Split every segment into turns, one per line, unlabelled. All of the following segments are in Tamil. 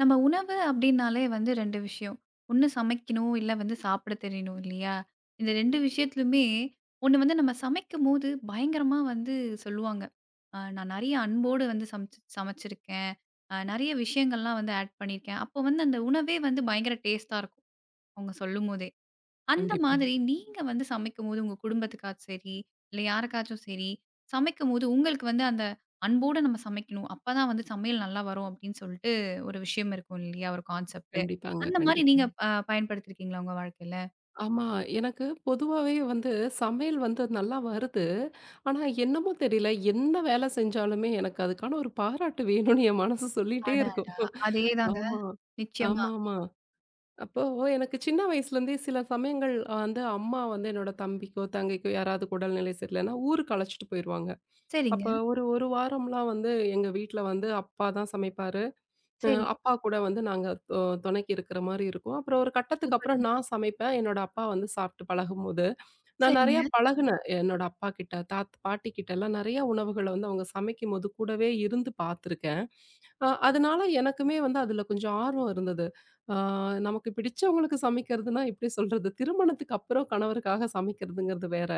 நம்ம உணவு அப்படின்னாலே வந்து 2 விஷயம். ஒண்ணு சமைக்கணும், இல்ல வந்து சாப்பிட தெரியணும் இல்லையா? இந்த 2 விஷயத்துலயுமே ஒண்ணு வந்து நம்ம சமைக்கும்போது பயங்கரமா வந்து சொல்லுவாங்க. நான் நெறைய அன்போடு வந்து சமைச்சு சமைச்சிருக்கேன். நெறைய விஷயங்கள்லாம் வந்து ஆட் பண்ணியிருக்கேன். அப்போ வந்து அந்த உணவே வந்து பயங்கர டேஸ்ட்டா இருக்கும். அவங்க சொல்லும்போதே. அந்த
கண்டிப்பா.
மாதிரி நீங்க வந்து சமைக்கும்போது, உங்க குடும்பத்துக்காச்சும் சரி, இல்ல யாருக்காச்சும் சரி, சமைக்கும்போது உங்களுக்கு வந்து அந்த அன்போட நம்ம சமைக்கணும். அப்பதான் வந்து சமையல் நல்லா வரும் அப்படின்னு சொல்லிட்டு ஒரு விஷயம் இருக்கும் இல்லையா? ஒரு கான்செப்ட்.
கண்டிப்பாங்க,
அந்த மாரி
கண்டிப்பா.
நீங்க பயன்படுத்தியிருக்கீங்களா உங்க வாழ்க்கையில?
ஆமா, எனக்கு பொதுவாவே வந்து சமையல் வந்து நல்லா வருது. ஆனா என்னமோ தெரியல, என்ன வேலை செஞ்சாலுமே எனக்கு அதுக்கான ஒரு பாராட்டு வேணும்னு என் மனசு சொல்லிட்டே
அட!
இருக்கும்.
அதேதாங்க.
ஆமா.
நிச்சயமா.
ஆமாமா. அப்போ எனக்கு சின்ன வயசுலேருந்தே சில சமயங்கள் வந்து அம்மா வந்து என்னோட தம்பிக்கோ, தங்கைக்கோ யாராவது உடல்நிலை சரியில்லன்னா ஊருக்கு அழைச்சிட்டு போயிருவாங்க.
சரிங்க,
அப்ப ஒரு 1 வாரம்லாம் வந்து எங்க வீட்ல வந்து அப்பா தான் சமைப்பாரு.
சரிங்க.
அப்பா கூட வந்து நாங்க தொணைக்கு இருக்கிற மாரி இருக்கும். அப்புறம் ஒரு கட்டத்துக்கு அப்புறம்
சூப்பருங்க.
நான் சமைப்பேன். என்னோட அப்பா வந்து சாப்பிட்டு பழகும்போது, நான் நெறையா
சரிங்க.
பழகுனேன். என்னோட அப்பா கிட்ட, பாட்டி கிட்டலாம் நெறையா உணவுகள வந்து அவங்க சமைக்கும்போது கூடவே இருந்து பார்த்துருக்கேன். அதனால எனக்குமே வந்து அதுல கொஞ்சம் ஆர்வம் இருந்தது. ஆ நமக்கு பிடிச்சவங்களுக்கு சமைக்கிறதுனா எப்படி சொல்றது? திருமணத்துக்கு அப்புறம் கணவருக்காக சமைக்கிறதுங்கிறது வேற.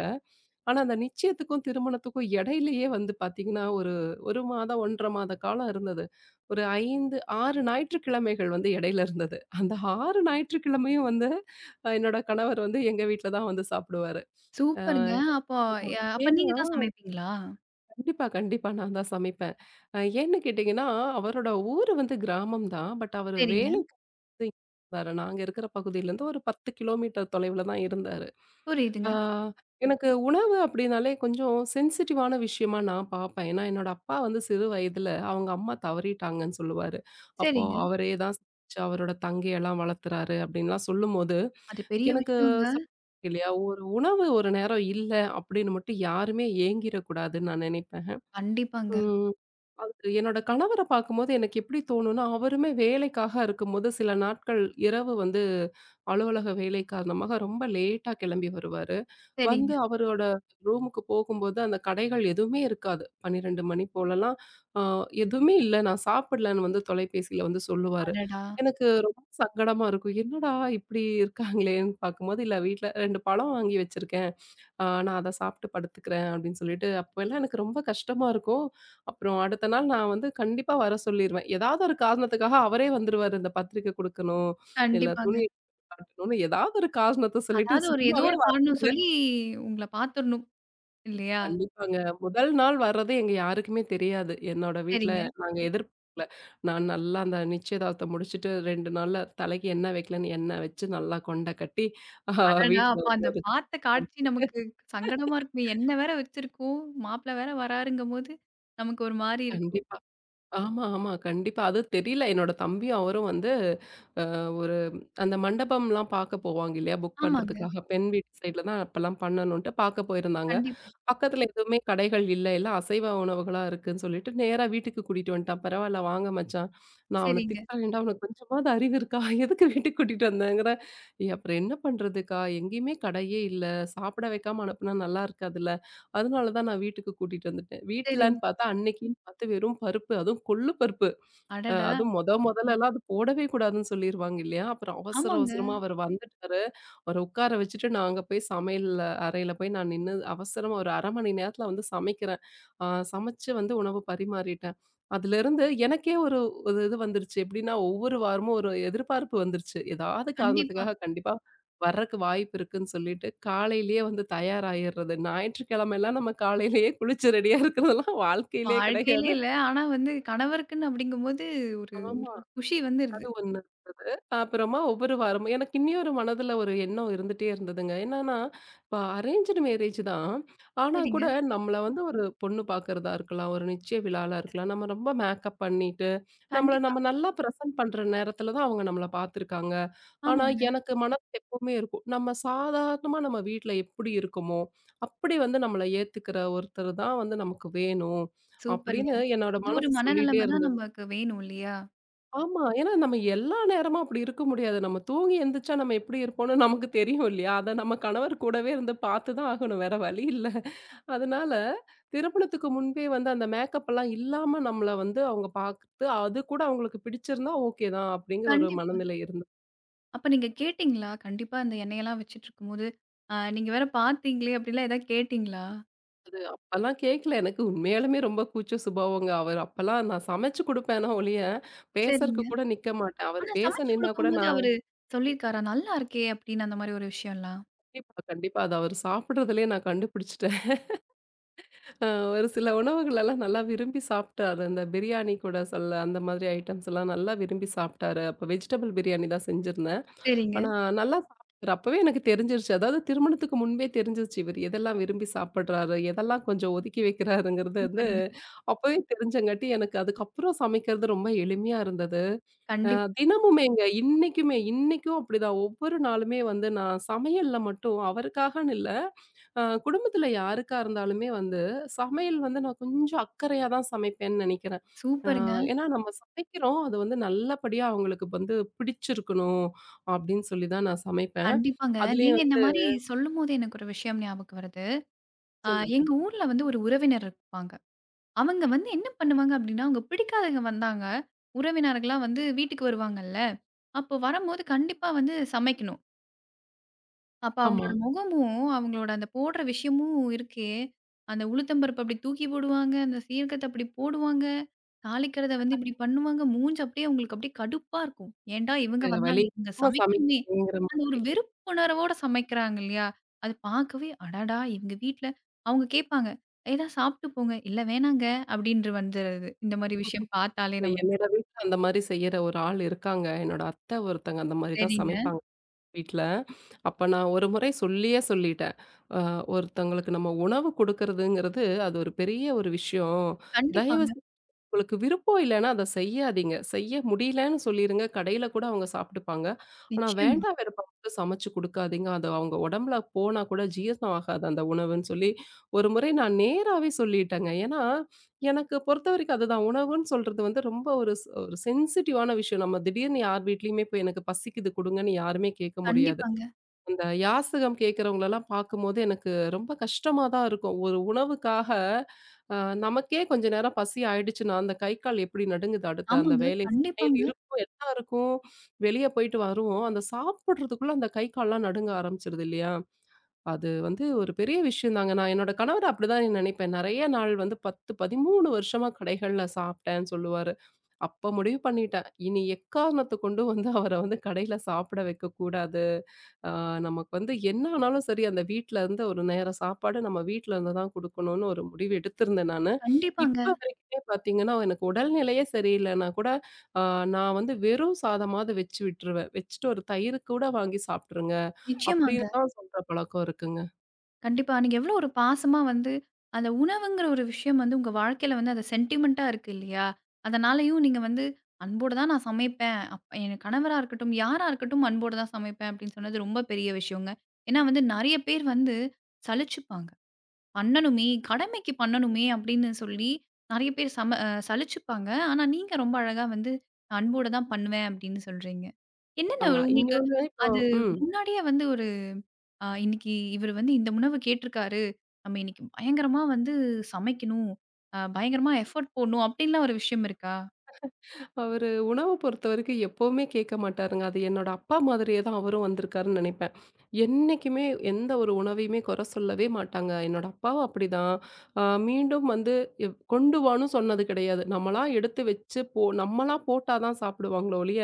ஆனா, அந்த நிச்சயத்துக்கும், திருமணத்துக்கும் இடையிலேயே வந்து பார்த்தீங்கன்னா, ஒரு 1 மாதம், 1 1/2 மாத காலம் இருந்தது. ஒரு 5, 6 ஞாயிற்றுக்கிழமைகள் வந்து இடையில இருந்தது. அந்த 6 ஞாயிற்றுக்கிழமையும் வந்து என்னோட கணவர் வந்து எங்க வீட்ல தான் வந்து சாப்பிடுவாரு.
சூப்பருங்க. அப்போ
ஆமா.
அப்ப நீங்க
ஏன்னா
தான் சமைப்பீங்களா?
கண்டிப்பா, கண்டிப்பா. நான் தான் சமைப்பேன். ஏன்னு கேட்டீங்கன்னா, அவரோட ஊரு வந்து கிராமம் தான். பட் அவரு
சரிங்க.
வேலைக்கு வந்து இங்க இருந்தாரு. நாங்க இருக்கிற பகுதியிலேருந்து ஒரு 10 கிலோமீட்டர் தொலைவுல தான் இருந்தாரு. ஆ,
புரியுதுங்க.
எனக்கு உணவு அப்படின்னாலே கொஞ்சம் சென்சிட்டிவான விஷயமா நான் பார்ப்பேன். ஏன்னா, என்னோட அப்பா வந்து சிறு வயதில அவங்க அம்மா தவறிட்டாங்கன்னு சொல்லுவாரு. அப்போ
சரிங்க.
அவரே தான் சமைச்சு அவரோட தங்கையெல்லாம் வளர்த்துறாரு அப்படின்லாம் சொல்லும்போது,
அது பெரிய
எனக்கு
விஷயங்க.
சொல்ல இல்லையா, ஒரு உணவு ஒரு நேரம் இல்ல அப்படின்னு மட்டும் யாருமே ஏங்கிரக்கூடாதுன்னு நான் நினைப்பேன்.
கண்டிப்பாங்க.
ம். அது என்னோட கணவர பார்க்கும்போது எனக்கு எப்படி தோணும்னா, அவருமே வேலைக்காக இருக்கும்போது சில நாட்கள் இரவு வந்து அலுவலக வேலை காரணமாக ரொம்ப லேட்டா கிளம்பி வருவாரு. வந்து
சரிங்க.
அவரோட ரூமுக்கு போகும்போது அந்த கடைகள் எதுவுமே இருக்காது. 12 மணி போலலாம் அ எதுவுமே இல்ல நான் சாப்பிடலன்னு வந்து தொலைபேசியில வந்து சொல்லுவாரு.
அடடா!
எனக்கு ரொம்ப சங்கடமா இருக்கும். என்னடா இப்படி இருக்காங்களேன்னு பார்க்கும்போது, இல்ல வீட்ல 2 பழம் வாங்கி வச்சிருக்கேன். நான் அத சாப்பிட்டு படுத்துக்கிறேன் அப்படின்னு சொல்லிட்டு, அப்போலாம் எனக்கு ரொம்ப கஷ்டமா இருக்கும். அப்புறம் அடுத்த நாள் நான் வந்து கண்டிப்பா வர சொல்லிருவேன். ஏதாவது ஒரு காரணத்துக்காக அவரே வந்துருவாரு. இந்த பத்திரிக்கை குடுக்கணும், இல்ல துணி
கண்டிப்பாங்க.
காட்டணும்னு ஏதாவது ஒரு காரணத்த சொல்லிட்டு
அதாவது ஒரு ஏதோ
சும்மாவே
ஒரு காரணம் சொல்லி உங்கள பாத்துரணும் இல்லையா?
கண்டிப்பாங்க. முதல் நாள் வர்றது எங்க யாருக்குமே தெரியாது. என்னோட வீட்ல
சரிங்க.
நாங்க எதிர்பார்க்கல. நான் நல்லா அந்த நிச்சயதார்த்தம் முடிச்சுட்டு 2 நாள்ல தலைக்கு எண்ணெய் வைக்கலன்னு எண்ணெய் வச்சு நல்லா கொண்ட கட்டி, ஆ
அடடா!
வீட்ல
அப்ப
வந்து
அந்த
ஒரு
பாத்த காட்சி நமக்கு சங்கடமா இருக்குமே! எண்ணெய் வேற வச்சிருக்கோம். மாப்பிள்ளை வேற வராருங்கும்போது, நமக்கு ஒரு மாரி இருக்கும்.
கண்டிப்பா. ஆமா, ஆமா. கண்டிப்பா. அது தெரியல. என்னோட தம்பியும் அவரும் வந்து ஒரு அந்த மண்டபம்லாம் பார்க்க போவாங்க இல்லையா? புக்
ஆமாங்க.
பண்றதுக்காக. பெண் வீட்டு சைட்ல தான் அப்பலாம் பண்ணணுன்ட்டு பார்க்க போயிருந்தாங்க.
கண்டிப்பா.
பக்கத்துல எதுவுமே கடைகள் இல்ல. எல்லாம் அசைவ உணவுகளா இருக்குன்னு சொல்லிட்டு நேரா வீட்டுக்கு கூட்டிட்டு வந்துட்டான். "பரவால்ல வாங்க மச்சான்." நான் அவன
சரிங்க,
திட்ட வேண்டாம். "உனக்கு கொஞ்சமாவது அறிவு இருக்கா? எதுக்கு வீட்டுக்கு கூட்டிட்டு வந்தேங்கிறேன்." "ஏய் அப்புறம் என்ன பண்றதுக்கா? எங்கேயுமே கடையே இல்ல. சாப்பிட வைக்காம அனுப்புனா நல்லா இருக்காதுல்ல. அதனால தான் நான் வீட்டுக்கு கூட்டிட்டு வந்துட்டேன்." வீட்லன்னு
சரிங்க.
பார்த்தா அன்னைக்கின்னு பார்த்து வெறும் பருப்பு. அதுவும் கொள்ளு பருப்பு.
அடடா!
அதுவும் மொதலலாம் அது போடவே கூடாதுன்னு சொல்லிருவாங்க இல்லையா? அப்புறம் அவசர
ஆமாங்க.
அவசரமா அவரு வந்துட்டாரு. அவர உட்கார வச்சுட்டு நான் அங்க போய் சமையல் அறையில போய் நான் நின்னு அவசரமா ஒரு 1/2 மணி நேரத்துல வந்து சமைக்கிறேன். அ சமைச்சு வந்து உணவு பரிமாறிட்டேன். அதுலருந்து எனக்கே ஒரு ஒரு இது வந்துருச்சு. எப்படின்னா ஒவ்வொரு வாரமும் ஒரு எதிர்பார்ப்பு வந்துருச்சு. ஏதாவது
கண்டிப்பா.
காரணத்துக்காக கண்டிப்பா வர்றக்கு வாய்ப்பு இருக்குன்னு சொல்லிட்டு காலையிலேயே வந்து தயாராயிர்றது. ஞாயிற்றுக்கிழமைலாம் நம்ம காலையிலேயே குளிச்சு ரெடியா இருக்கிறதெல்லாம் வாழ்க்கையிலே
வாழ்க்கையிலே
கிடையாது.
இல்ல. ஆனா வந்து கணவருக்குன்னு அப்படிங்கும்போது ஒரு
ஆமா.
குஷி வந்துருது.
அது ஒண்ணு இருந்தது. அப்புறமா ஒவ்வொரு வாரமும் எனக்கு இன்னியொரு மனதுல ஒரு எண்ணம் இருந்துட்டே இருந்ததுங்க. என்னன்னா, இப்ப அரேஞ்சுடு மேரேஜ் தான். ஆனா
சரிங்க.
கூட நம்மள வந்து ஒரு பொண்ணு பார்க்கிறதா இருக்கலாம், ஒரு நிச்சய விழாலா இருக்கலாம். நம்ம ரொம்ப மேக்கப் பண்ணிட்டு, நம்மள
கண்டிப்பா.
நம்ம நல்லா பிரசன்ட் பண்ற நேரத்துல தான் அவங்க நம்மள பார்த்துருக்காங்க. ஆனா
ஆமாங்க.
எனக்கு மனசு எப்பவுமே இருக்கும். நம்ம சாதாரணமா நம்ம வீட்ல எப்படி இருக்கோமோ, அப்படி வந்து நம்மள ஏத்துக்கிற ஒருத்தர் தான் வந்து நமக்கு வேணும்.
சூப்பருங்க.
அப்படின்னு என்னோட
அந்த ஒரு
மனசு சொல்லிட்டே
மனநிலைமை தான்
இருந்தது.
நமக்கு வேணும் இல்லையா?
ஆமா. ஏன்னா நம்ம எல்லா நேரமும் அப்படி இருக்க முடியாது. நம்ம தூங்கி எந்திரிச்சா நம்ம எப்படி இருப்போம்னு நமக்கு தெரியும் இல்லையா? அத நம்ம கணவர் கூடவே இருந்து பார்த்து தான் ஆகணும். வேற வழி இல்ல. அதனால திருமணத்துக்கு முன்பே வந்து அந்த மேக்கப்பெல்லாம் இல்லாம நம்மள வந்து அவங்க பார்த்து, அது கூட அவங்களுக்கு பிடிச்சிருந்தா ஓகே தான் அப்படிங்கிற ஒரு
கண்டிப்பா.
மனநிலை இருந்தது.
அப்ப நீங்க கேட்டீங்களா? கண்டிப்பா அந்த எண்ணெயெல்லாம் வச்சுட்ருக்கும்போது, நீங்க வேற பார்த்தீங்களே! அப்டிலாம் ஏதாவது கேட்டீங்களா?
அப்பல்லாம் கேட்கல. எனக்கு உண்மையாலுமே ரொம்ப கூச்ச சுபாவங்க. அவர் அப்பல்லாம் நான் சமைச்சு குடுப்பேனா ஒழிய,
சரிங்க.
பேசறக்கு கூட நிக்க மாட்டேன். அவர்
ஆனா
பேச
சமைச்சு
நின்னா கூட
குடுக்கும்போது
நான்
அவரு சொல்லியிருக்காரா? நல்லா இருக்கே! அப்படின்னு அந்த மாரி ஒரு விஷயம்லாம்.
கண்டிப்பா, கண்டிப்பா. அது அவர் சாப்பிடுறதுலயே நான் கண்டுபிடிச்சுட்டேன். அ ஒரு சில உணவுகளெல்லாம் நல்லா விரும்பி சாப்பிட்டாரு. அந்த பிரியாணி கூட சொல்ல அந்த மாதிரி ஐட்டம்ஸ் எல்லாம் நல்லா விரும்பி சாப்பிட்டாரு. அப்ப வெஜிடபிள் பிரியாணி தான் செஞ்சிருந்தேன்.
சரிங்க.
ஆனா நல்லா சாப்பிட்டாரு. அப்பவே எனக்கு தெரிஞ்சிருச்சு. அதாவது திருமணத்துக்கு முன்பே தெரிஞ்சிருச்சு. இவர் எதெல்லாம் விரும்பி சாப்பிடுறாரு, எதெல்லாம் கொஞ்சம் ஒதுக்கி வைக்கிறாருங்கிறது வந்து
சூப்பருங்க.
அப்பவே தெரிஞ்சங்காட்டி எனக்கு அதுக்கப்புறம் சமைக்கிறது ரொம்ப எளிமையா இருந்தது. அ
கண்டிப்
தினமுமேங்க இன்னைக்குமே இன்னைக்கும் அப்படிதான். ஒவ்வொரு நாளுமே வந்து நான் சமையல்ல மட்டும் அவருக்காகன்னு இல்ல, குடும்பத்துல யாருக்கா இருந்தாலுமே வந்து சமையல் வந்து நான் கொஞ்சம் அக்கறையா தான் சமைப்பேன்னு நெனைக்கிறேன். அ
சூப்பருங்க.
ஏன்னா நம்ம சமைக்கிறோம். அது வந்து நல்லபடியா அவங்களுக்கு வந்து பிடிச்சிருக்கணும். அப்படின்னு சொல்லி தான் நான் சமைப்பேன்.
கண்டிப்பாங்க.
அதுலயும்
நீங்க இந்த
வந்து
மாரி சொல்லும்போது எனக்கு ஒரு விஷயம் ஞாபகம் வருது. அ
சொல்லுங்க.
எங்க ஊர்ல வந்து ஒரு உறவினர் இருப்பாங்க. அவங்க வந்து என்ன பண்ணுவாங்க அப்டின்னா, அவங்க பிடிக்காதவங்க வந்தாங்க. உறவினர்கள்லாம் வந்து வீட்டுக்கு வருவாங்கல்ல. அப்போ வரம்போது கண்டிப்பா வந்து சமைக்கணும். அப்ப
ஆமா.
அவங்களோட முகமும், அவங்களோட அந்த போடுற விஷயமும் இருக்கே, அந்த உளுத்தம் பருப்பு அப்படி தூக்கி போடுவாங்க, அந்த சீரகத்த அப்படி போடுவாங்க, தாளிக்கிறத வந்து இப்படி பண்ணுவாங்க. மூஞ்சு அப்படியே அவங்களுக்கு அப்படியே கடுப்பா இருக்கும். ஏன்டா இவங்க
வேற வழி
வந்தாங்க, இவங்க
இல்லாம
சமைக்கணுமே!
சமைக்கணுங்கிற
அந்த
மாதிரி.
ஒரு வெறுப்புணர்வோட சமைக்கிறாங்க இல்லையா? அது பார்க்கவே, அடடா! இவங்க வீட்ல அவங்க கேட்பாங்க, "ஏதா சாப்பிட்டு போங்க." "இல்ல வேணாங்க." அப்படின்று வந்துறது. இந்த மாரி விஷயம் பார்த்தாலே நமக்கு.
என்னோட வீட்ல அந்த மாரி செய்யற ஒரு ஆள் இருக்காங்க. என்னோட அத்தை ஒருத்தங்க அந்த மாரி தான்
சரிங்க.
சமைப்பாங்க வீட்ல. அப்ப நான் ஒரு முறை சொல்லியே சொல்லிட்டேன். அ ஒருத்தங்களுக்கு நம்ம உணவு குடுக்கறதுங்கிறது அது ஒரு பெரிய ஒரு விஷயம். தயவு
கண்டிப்பாங்க.
உங்களுக்கு விருப்பம் இல்லைன்னா அத செய்யாதீங்க. செய்ய முடியலன்னு சொல்லிருங்க. கடையில கூட அவங்க சாப்பிட்டுப்பாங்க. ஆனா
நிச்சயமா.
வேண்டா வெறுப்பா மட்டும் சமைச்சு குடுக்காதீங்க. அது அவங்க உடம்புல போனா கூட ஜீரணம் ஆகாது அந்த உணவுன்னு சொல்லி, ஒரு முறை நான் நேராவே சொல்லிட்டேங்க. ஏன்னா, எனக்கு பொறுத்தவரைக்கும் அதுதான் உணவுன்னு சொல்றது வந்து ரொம்ப ஒரு ஒரு சென்சிட்டிவான விஷயம். நம்ம திடீர்னு யார் வீட்லயுமே போய் எனக்கு பசிக்குது குடுங்கன்னு யாருமே கேட்க முடியாது.
கண்டிப்பாங்க.
அந்த யாசகம் கேட்கிறவங்களலாம் பார்க்கும்போது எனக்கு ரொம்ப கஷ்டமா தான் இருக்கும். ஒரு உணவுக்காக அ நமக்கே கொஞ்ச நேரம் பசி ஆயிடுச்சுன்னா, அந்த கை, கால் எப்படி நடுங்குது அடுத்த அந்த
ஆமாங்க.
வேலை சுமையில்
கண்டிப்பாங்க.
இருக்கும். எல்லாருக்கும் வெளிய போயிட்டு வருவோம். அந்த சாப்பிடுறதுக்குள்ள அந்த கை, கால்லாம் நடுங்க ஆரம்பிச்சுருது இல்லையா? அது வந்து ஒரு பெரிய விஷயம் தாங்க. நான் என்னோட கணவர் அப்படிதான் நினைப்பேன். நெறைய நாள் வந்து 10, 13 வருஷமா கடைகள்ல சாப்பிட்டேன்னு சொல்லுவாரு. அப்ப முடிவு பண்ணிட்டேன். இனி எக்காரணத்த கொண்டும் வந்து அவர வந்து கடையில சாப்பிட வைக்கக்கூடாது. ஆ நமக்கு வந்து என்ன ஆனாலும் சரி, அந்த வீட்ல இருந்து ஒரு நேர சாப்பாடு நம்ம வீட்ல இருந்து தான் குடுக்கணும்னு ஒரு முடிவு எடுத்திருந்தேன் நானு. இப்ப
கண்டிப்பாங்க.
வரைக்குமே பார்த்தீங்கன்னா, எனக்கு உடல்நிலையே சரியில்லைன்னா கூட, ஆ நான் வந்து வெறும் சாதமாவது வச்சு விட்டுருவேன். வச்சுட்டு ஒரு தயிர் கூட வாங்கி சாப்பிட்டுருங்க
நிச்சயமாங்க.
அப்படின்னு தான் சொல்ற பழக்கம் இருக்குங்க.
கண்டிப்பா. நீங்க எவ்வளோ ஒரு பாசமா வந்து, அந்த உணவுங்கிற ஒரு விஷயம் வந்து உங்க வாழ்க்கையில வந்து அது சென்டிமென்ட்டா இருக்கு இல்லையா? அதனாலயும் நீங்க வந்து "அன்போட தான் நான் சமைப்பேன். என் கணவரா இருக்கட்டும், யாரா இருக்கட்டும் அன்போட தான் சமைப்பேன்." அப்படின்னு சொன்னது ரொம்ப பெரிய விஷயங்க. ஏன்னா வந்து நெறைய பேர் வந்து சலிச்சுப்பாங்க. பண்ணணுமே, கடமைக்கு பண்ணணுமே அப்படின்னு சொல்லி நெறைய பேர் சம அ சலிச்சுப்பாங்க. ஆனா நீங்க ரொம்ப அழகா வந்து "அன்போட தான் பண்ணுவேன்." அப்படின்னு சொல்றீங்க. என்னென்ன
கண்டிப்பாங்க.
உங்களுக்கு
இன்னொன்னு இப்போ
அது
ம்.
முன்னாடியே வந்து ஒரு இன்னைக்கு இவரு வந்து இந்த உணவு கேட்டிருக்காரு. நம்ம இன்னைக்கு பயங்கரமா வந்து சமைக்கணும். பயங்கரமா எஃபோர்ட் போடணும் அப்டின்லாம் ஒரு விஷயம் இருக்கா?
அவரு உணவ பொறுத்தவரைக்கும் எப்பவுமே கேட்க மாட்டாருங்க. அது என்னோட அப்பா மாதிரியே தான் அவரும் வந்திருக்காருன்னு நெனைப்பேன். என்னைக்குமே எந்த ஒரு உணவையுமே குறை சொல்லவே மாட்டாங்க. என்னோட அப்பாவும் அப்படிதான். மீண்டும் வந்து எவ் கொண்டு வான்னு சொன்னது கிடையாது. நம்மளா எடுத்து வச்சு போ நம்மளா போட்டா தான் சாப்பிடுவாங்களோ ஒழிய,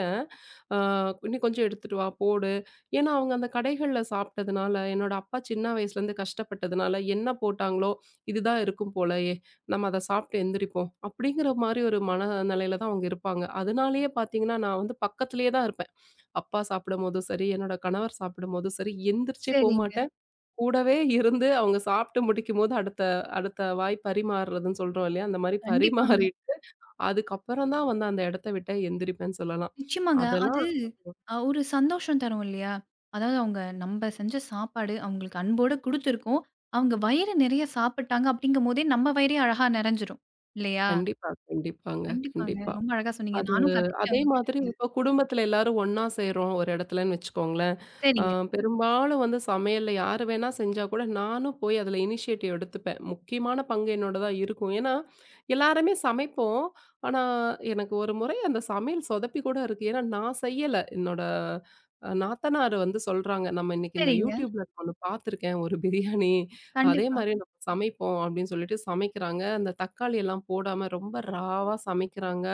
அ "இன்னும் கொஞ்சம் எடுத்துட்டு வா, போடு." ஏன்னா அவங்க அந்த கடைகள்ல சாப்பிட்டதுனால, என்னோட அப்பா சின்ன வயசுலேருந்து கஷ்டப்பட்டதுனால, என்ன போட்டாங்களோ, இதுதான் இருக்கும் போல நம்ம அத சாப்பிட்டு எந்திரிப்போம். அப்படிங்கிற மாரி ஒரு மனநிலையில தான் அவங்க இருப்பாங்க. அதனாலேயே பார்த்தீங்கன்னா, நான் வந்து பக்கத்திலேயே தான் இருப்பேன். அப்பா சாப்பிடும்போதும் சரி, என்னோட கணவர் சாப்பிடும்போதும் சரி, எந்திரிச்சே
சரிங்க.
போமாட்டேன். கூடவே இருந்து அவங்க சாப்பிட்டு முடிக்கும்போது அடுத்த அடுத்த வாய் பரிமாறுறதுன்னு சொல்றோம் இல்லையா? அந்த மாரி
கண்டிப்பாங்க.
பரிமாறிட்டு, அதுக்கப்புறம் தான் வந்து அந்த இடத்த விட்டே எந்திரிப்பேன்னு சொல்லலாம்.
நிச்சயமாங்க.
அதெல்லாம்
அது ஒரு சந்தோஷம் தரும் இல்லையா? அதாவது அவங்க நம்ப செஞ்ச சாப்பாடு அவங்களுக்கு அன்போட குடுத்துருக்கோம். அவங்க வயிறு நெறைய சாப்பிட்டாங்க அப்டிங்கும்போதே நம்ம வயிறே அழகா நெறஞ்சிரும். இல்லையா?
கண்டிப்பா, கண்டிப்பாங்க.
கண்டிப்பாங்க.
கண்டிப்பா.
ரொம்ப அழகா சொன்னீங்க.
அது
நானும் கத்துக்கிட்டேன்
அதே
உங்ககிட்ட
மாதிரி
இருந்து.
இப்போ குடும்பத்தில எல்லாரும் ஒண்ணா சேர்றோம் ஒரு இடத்துலன்னு வச்சுக்கோங்களேன். ஆ,
சரிங்க,
பெரும்பாலும் வந்து சமையல்ல யாரு வேணா செஞ்சா கூட நானும் போய் அதுல இனிஷியேட்டிவ் எடுத்துப்பேன். முக்கியமான பங்கு என்னோடதா இருக்கும். ஏன்னா, எல்லாருமே சமைப்போம். ஆனா, எனக்கு ஒரு முறை அந்த சமையல் சொதப்பி கூட இருக்கு. ஏன்னா, நான் செய்யல. என்னோட நாத்தனார் வந்து சொல்றாங்க, "நம்ம இன்னைக்கு இந்த
சரிங்க.
YouTubeல நான் ஒண்ணு பார்த்துருக்கேன். ஒரு பிரியாணி. அதே
கண்டிப்பா.
மாரி நம்ம சமைப்போம்." அப்படின்னு சொல்லிட்டு சமைக்கிறாங்க. அந்த தக்காளி எல்லாம் போடாம ரொம்ப ராவா சமைக்கிறாங்க.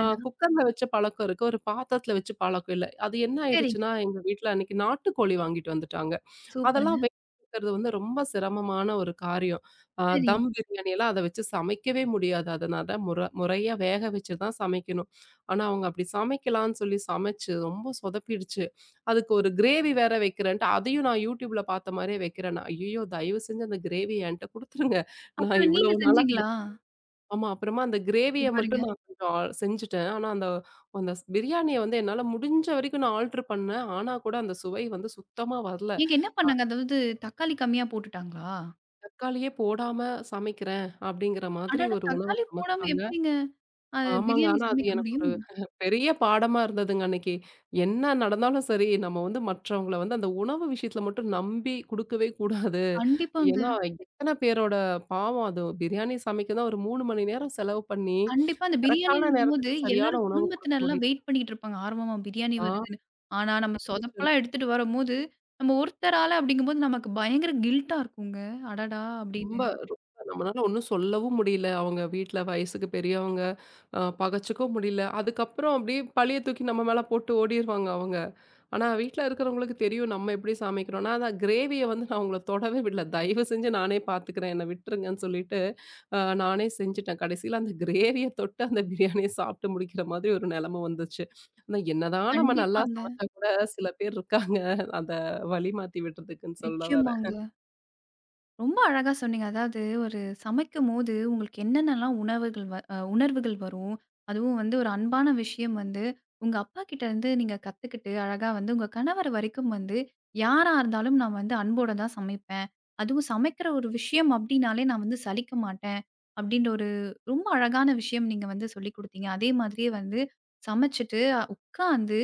குக்கர்ல வச்ச பழக்கம் இருக்கு. ஒரு பாத்திரத்துல வச்சு பழக்கம் இல்ல. அது என்ன
சரிங்க.
ஆயிடுச்சுன்னா, எங்க வீட்ல அன்னைக்கு நாட்டுக்கோழி வாங்கிட்டு வந்துட்டாங்க.
சூப்பருங்க.
அதெல்லாம் வேக வைக்கிறது வந்து ரொம்ப சிரமமான ஒரு காரியம். அ
சரிங்க.
தம் பிரியாணி எல்லாம் அத வச்சு சமைக்கவே முடியாது. அதனால முறையா வேக வச்சு தான் சமைக்கணும். ஆனா, அவங்க அப்படி சமைக்கலான்னு சொல்லி சமைச்சு ரொம்ப சொதப்பிடுச்சு. அதுக்கு ஒரு கிரேவி வேற வைக்கிறேன்ட்டு, அதையும் நான் YouTubeல பாத்த மாரியே வைக்கிறேன். நான் ஐயய்யோ! தயவு செஞ்சு அந்த கிரேவிய என்ட்ட குடுத்துருங்க. நான்
அப்புறம் நீங்க
இவ்வளவு நாளா
செஞ்சீங்களா?
ஆமா. அப்புறமா அந்த கிரேவிய
சூப்பருங்க.
மட்டும் நான் கொஞ்சம் செஞ்சுட்டேன். ஆனா அந்த அந்த ஸ் பிரியாணிய வந்து என்னால முடிஞ்ச வரைக்கும் நான் ஆல்டர் பண்ணேன். ஆனா கூட அந்த சுவை வந்து சுத்தமா வரல.
ஏங்க என்ன பண்ணாங்க? அதாவது தக்காளி கம்மியா போட்டுட்டாங்களா?
தக்காளியே போடாம சமைக்கிறேன் அப்படிங்கிற மாதிரி
அடடா!
ஒரு உணவ
தக்காளி போடாம
சமைச்சாங்க.
எப்படிங்க அ
ஆமாங்க.
பிரியாணி
ஆனா அது
சமைக்க
எனக்கு ஒரு
முடியும்?
பெரிய பாடமா இருந்ததுங்க அன்னைக்கு. என்ன நடந்தாலும் சரி, நம்ம வந்து மற்றவங்கள வந்து அந்த உணவு விஷயத்துல மட்டும் நம்பி குடுக்கவே கூடாது.
கண்டிப்பாங்க.
ஏன்னா, எத்தன பேரோட பாவம் அது பிரியாணி சமைக்க தான் ஒரு 3 மணி நேரம் செலவு பண்ணி,
கண்டிப்பா அந்த
கரெக்டான
பிரியாணின்னும்போது
நேரத்துக்கு சரியான
எல்லாரும்
உணவு குடுக்க
குடும்பத்தினர்லாம்
முடியலயா?
வெயிட் பண்ணிட்டு இருப்பாங்க. ஆர்வமா பிரியாணி வருதுன்னு. ஆனா நம்ம
நடந்துச்சு.
சொதப்பலா எடுத்துட்டு வரும்போது, நம்ம ஒருத்தரால அப்படிங்கும்போது நமக்கு பயங்கர கில்ட்டா இருக்குங்க. அடடா! அப்படின்னு.
ரொம்ப ரொம்ப நம்மளால ஒண்ணும் சொல்லவும் முடியல. அவங்க வீட்ல வயசுக்கு பெரியவங்க. பகச்சுக்கவும் முடியல. அதுக்கப்புறம் அப்படியே பழிய தூக்கி நம்ம மேல போட்டு ஓடிருவாங்க அவங்க. ஆனா, வீட்ல இருக்கிறவங்களுக்கு தெரியும் நம்ம எப்படி சமைக்கிறோம்னா, அதான் கிரேவிய வந்து நான் உங்கள தொடவே விடல. தயவு செஞ்சு நானே பார்த்துக்கிறேன். என்ன விட்டுருங்கன்னு சொல்லிட்டு, அ நானே செஞ்சுட்டேன். கடைசியில அந்த கிரேவிய தொட்டு அந்த பிரியாணிய சாப்பிட்டு முடிக்கிற மாதிரி ஒரு நிலைமை வந்துச்சு. ஆனா, என்னதான் நம்ம நல்லா
கண்டிப்பாங்க.
சமைச்சா கூட சில பேர் இருக்காங்க. அத வழி மாத்தி விடுறதுக்குன்னு சொல்ல
நிச்சயமாங்க.
வரேன்.
ரொம்ப அழகா சொன்னீங்க. அதாவது ஒரு சமைக்கும்போது உங்களுக்கு என்னென்னலாம் உணவுகள் வ அ உணர்வுகள் வரும்? அதுவும் வந்து ஒரு அன்பான விஷயம் வந்து, உங்க அப்பாகிட்ட இருந்து நீங்க கத்துக்கிட்டு, அழகா வந்து உங்க கணவர் வரைக்கும் வந்து, யாரா இருந்தாலும் நான் வந்து அன்போட தான் சமைப்பேன். அதுவும் சமைக்கிற ஒரு விஷயம் அப்டின்னாலே நான் வந்து சலிக்க மாட்டேன். அப்டின்ற ஒரு ரொம்ப அழகான விஷயம் நீங்க வந்து சொல்லிக் குடுத்தீங்க. அதே மாதிரியே வந்து சமைச்சுட்டு உட்காந்து,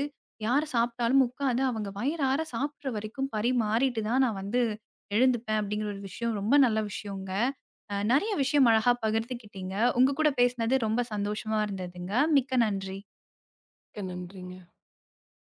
யார் சாப்ட்டாலும் உட்காந்து அவங்க வயிறார சாப்பிடுற வரைக்கும் பரிமாறிட்டு தான் நான் வந்து எழுந்துப்பேன் அப்படிங்கிற ஒரு விஷயம் ரொம்ப நல்ல விஷயங்க. நெறைய விஷயம் அழகா பகிர்ந்துக்கிட்டீங்க. உங்க கூட பேசினது ரொம்ப சந்தோஷமா இருந்ததுங்க. மிக்க நன்றி.
மிக்க நன்றிங்க.